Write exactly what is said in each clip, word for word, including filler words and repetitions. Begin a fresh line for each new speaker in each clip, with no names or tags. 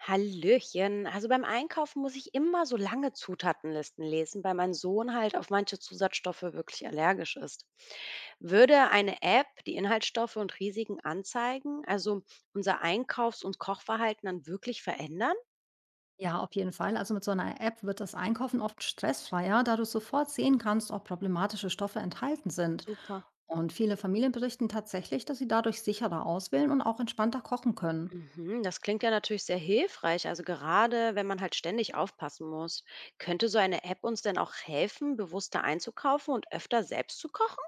Hallöchen. Also beim Einkaufen muss ich immer so lange Zutatenlisten lesen, weil mein Sohn halt auf manche Zusatzstoffe wirklich allergisch ist. Würde eine App die Inhaltsstoffe und Risiken anzeigen, also unser Einkaufs- und Kochverhalten dann wirklich verändern?
Ja, auf jeden Fall. Also mit so einer App wird das Einkaufen oft stressfreier, da du sofort sehen kannst, ob problematische Stoffe enthalten sind.
Super.
Und viele Familien berichten tatsächlich, dass sie dadurch sicherer auswählen und auch entspannter kochen können.
Mhm, das klingt ja natürlich sehr hilfreich, also gerade wenn man halt ständig aufpassen muss. Könnte so eine App uns denn auch helfen, bewusster einzukaufen und öfter selbst zu kochen?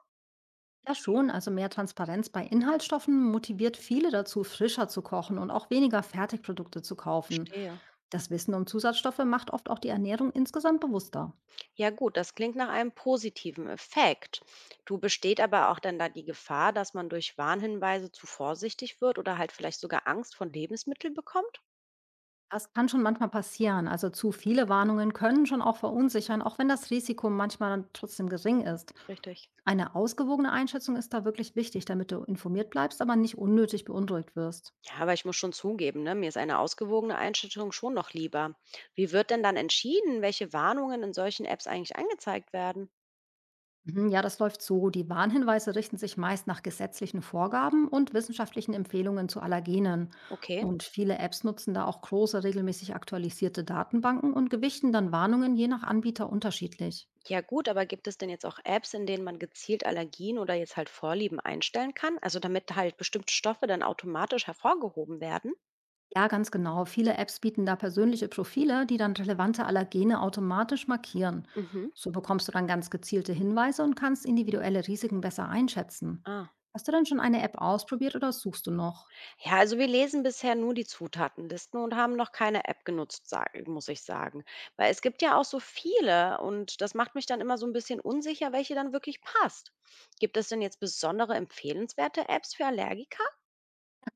Ja, schon. Also mehr Transparenz bei Inhaltsstoffen motiviert viele dazu, frischer zu kochen und auch weniger Fertigprodukte zu kaufen.
Verstehe.
Das Wissen um Zusatzstoffe macht oft auch die Ernährung insgesamt bewusster.
Ja gut, das klingt nach einem positiven Effekt. Du besteht aber auch dann da die Gefahr, dass man durch Warnhinweise zu vorsichtig wird oder halt vielleicht sogar Angst vor Lebensmitteln bekommt?
Das kann schon manchmal passieren. Also zu viele Warnungen können schon auch verunsichern, auch wenn das Risiko manchmal dann trotzdem gering ist.
Richtig.
Eine ausgewogene Einschätzung ist da wirklich wichtig, damit du informiert bleibst, aber nicht unnötig beunruhigt wirst.
Ja, aber ich muss schon zugeben, ne, mir ist eine ausgewogene Einschätzung schon noch lieber. Wie wird denn dann entschieden, welche Warnungen in solchen Apps eigentlich angezeigt werden?
Mhm, ja, das läuft so. Die Warnhinweise richten sich meist nach gesetzlichen Vorgaben und wissenschaftlichen Empfehlungen zu Allergenen.
Okay.
Und viele Apps nutzen da auch große, regelmäßig aktualisierte Datenbanken und gewichten dann Warnungen je nach Anbieter unterschiedlich.
Ja gut, aber gibt es denn jetzt auch Apps, in denen man gezielt Allergien oder jetzt halt Vorlieben einstellen kann? Also damit halt bestimmte Stoffe dann automatisch hervorgehoben werden?
Ja, ganz genau. Viele Apps bieten da persönliche Profile, die dann relevante Allergene automatisch markieren.
Mhm.
So bekommst du dann ganz gezielte Hinweise und kannst individuelle Risiken besser einschätzen.
Ah,
Hast du denn schon eine App ausprobiert oder suchst du noch?
ja, also wir lesen bisher nur die Zutatenlisten und haben noch keine App genutzt, sag- muss ich sagen. Weil es gibt ja auch so viele und das macht mich dann immer so ein bisschen unsicher, welche dann wirklich passt. Gibt es denn jetzt besondere empfehlenswerte Apps für Allergiker?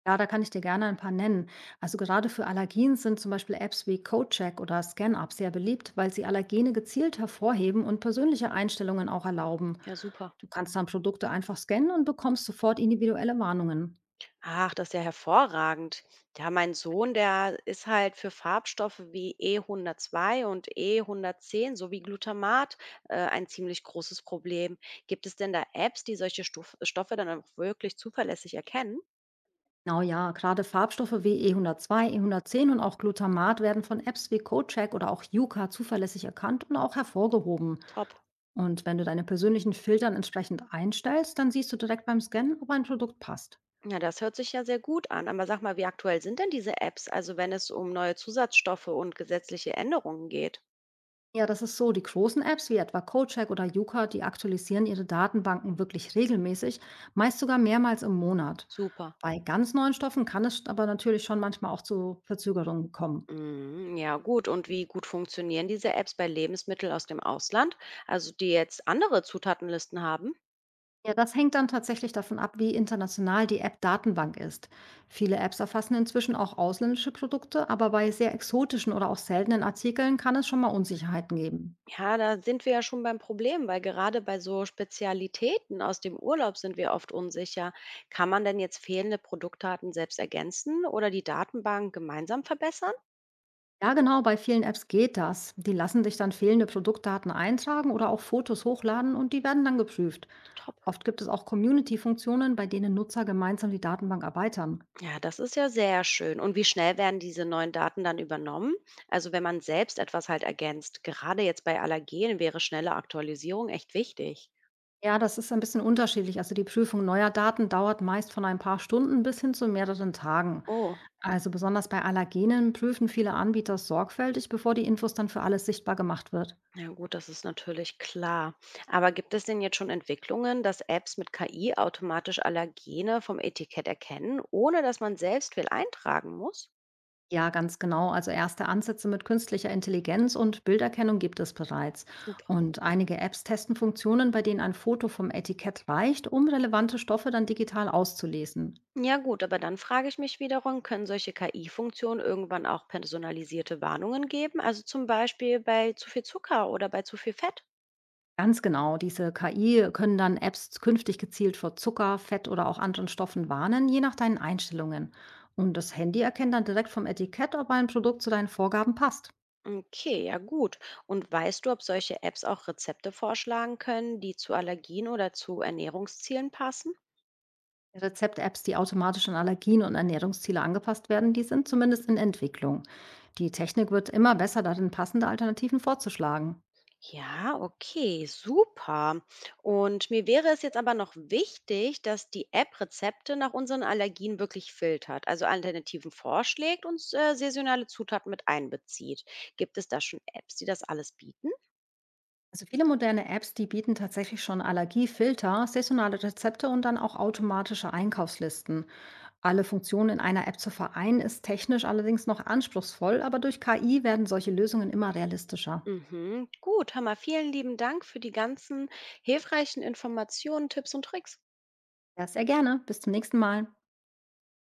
Ja, da kann ich dir gerne ein paar nennen. Also gerade für Allergien sind zum Beispiel Apps wie CodeCheck oder ScanUp sehr beliebt, weil sie Allergene gezielt hervorheben und persönliche Einstellungen auch erlauben.
Ja, super.
Du kannst dann Produkte einfach scannen und bekommst sofort individuelle Warnungen.
Ach, das ist ja hervorragend. Ja, mein Sohn, der ist halt für Farbstoffe wie e hundertzwei und e hundertzehn sowie Glutamat äh, ein ziemlich großes Problem. Gibt es denn da Apps, die solche Stoff Stoffe dann auch wirklich zuverlässig erkennen?
Genau, ja, gerade Farbstoffe wie E hundertzwei, E hundertzehn und auch Glutamat werden von Apps wie CodeCheck oder auch Yuka zuverlässig erkannt und auch hervorgehoben.
Top.
Und wenn du deine persönlichen Filtern entsprechend einstellst, dann siehst du direkt beim Scannen, ob ein Produkt passt.
Ja, das hört sich ja sehr gut an. Aber sag mal, wie aktuell sind denn diese Apps, also wenn es um neue Zusatzstoffe und gesetzliche Änderungen geht?
Ja, das ist so. Die großen Apps wie etwa CodeCheck oder Yuka, die aktualisieren ihre Datenbanken wirklich regelmäßig, meist sogar mehrmals im Monat.
Super.
Bei ganz neuen Stoffen kann es aber natürlich schon manchmal auch zu Verzögerungen kommen.
Mm, ja, gut. Und wie gut funktionieren diese Apps bei Lebensmitteln aus dem Ausland, also die jetzt andere Zutatenlisten haben?
Ja, das hängt dann tatsächlich davon ab, wie international die App-Datenbank ist. Viele Apps erfassen inzwischen auch ausländische Produkte, aber bei sehr exotischen oder auch seltenen Artikeln kann es schon mal Unsicherheiten geben.
Ja, da sind wir ja schon beim Problem, weil gerade bei so Spezialitäten aus dem Urlaub sind wir oft unsicher. Kann man denn jetzt fehlende Produktdaten selbst ergänzen oder die Datenbank gemeinsam verbessern?
Ja, genau, bei vielen Apps geht das. Die lassen sich dann fehlende Produktdaten eintragen oder auch Fotos hochladen und die werden dann geprüft.
Top.
Oft gibt es auch Community-Funktionen, bei denen Nutzer gemeinsam die Datenbank erweitern.
Ja, das ist ja sehr schön. Und wie schnell werden diese neuen Daten dann übernommen? Also wenn man selbst etwas halt ergänzt, gerade jetzt bei Allergenen wäre schnelle Aktualisierung echt wichtig.
Ja, das ist ein bisschen unterschiedlich. Also die Prüfung neuer Daten dauert meist von ein paar Stunden bis hin zu mehreren Tagen.
Oh,
Also besonders bei Allergenen prüfen viele Anbieter sorgfältig, bevor die Infos dann für alles sichtbar gemacht wird.
ja gut, das ist natürlich klar. Aber gibt es denn jetzt schon Entwicklungen, dass Apps mit K I automatisch Allergene vom Etikett erkennen, ohne dass man selbst viel eintragen muss?
Ja, ganz genau. Also erste Ansätze mit künstlicher Intelligenz und Bilderkennung gibt es bereits.
Super.
Und einige Apps testen Funktionen, bei denen ein Foto vom Etikett reicht, um relevante Stoffe dann digital auszulesen.
Ja gut, aber dann frage ich mich wiederum, können solche K I-Funktionen irgendwann auch personalisierte Warnungen geben? Also zum Beispiel bei zu viel Zucker oder bei zu viel Fett?
Ganz genau. Diese K I können dann Apps künftig gezielt vor Zucker, Fett oder auch anderen Stoffen warnen, je nach deinen Einstellungen. Und das Handy erkennt dann direkt vom Etikett, ob ein Produkt zu deinen Vorgaben passt.
Okay, ja gut. Und weißt du, ob solche Apps auch Rezepte vorschlagen können, die zu Allergien oder zu Ernährungszielen passen?
Rezept-Apps, die automatisch an Allergien und Ernährungsziele angepasst werden, die sind zumindest in Entwicklung. Die Technik wird immer besser darin, passende Alternativen vorzuschlagen.
Ja, okay, super. Und mir wäre es jetzt aber noch wichtig, dass die App Rezepte nach unseren Allergien wirklich filtert, also Alternativen vorschlägt und äh, saisonale Zutaten mit einbezieht. Gibt es da schon Apps, die das alles bieten?
Also viele moderne Apps, die bieten tatsächlich schon Allergiefilter, saisonale Rezepte und dann auch automatische Einkaufslisten. Alle Funktionen in einer App zu vereinen, ist technisch allerdings noch anspruchsvoll, aber durch K I werden solche Lösungen immer realistischer.
Mhm. Gut, Hammer. Vielen lieben Dank für die ganzen hilfreichen Informationen, Tipps und Tricks.
Ja, sehr gerne. Bis zum nächsten Mal.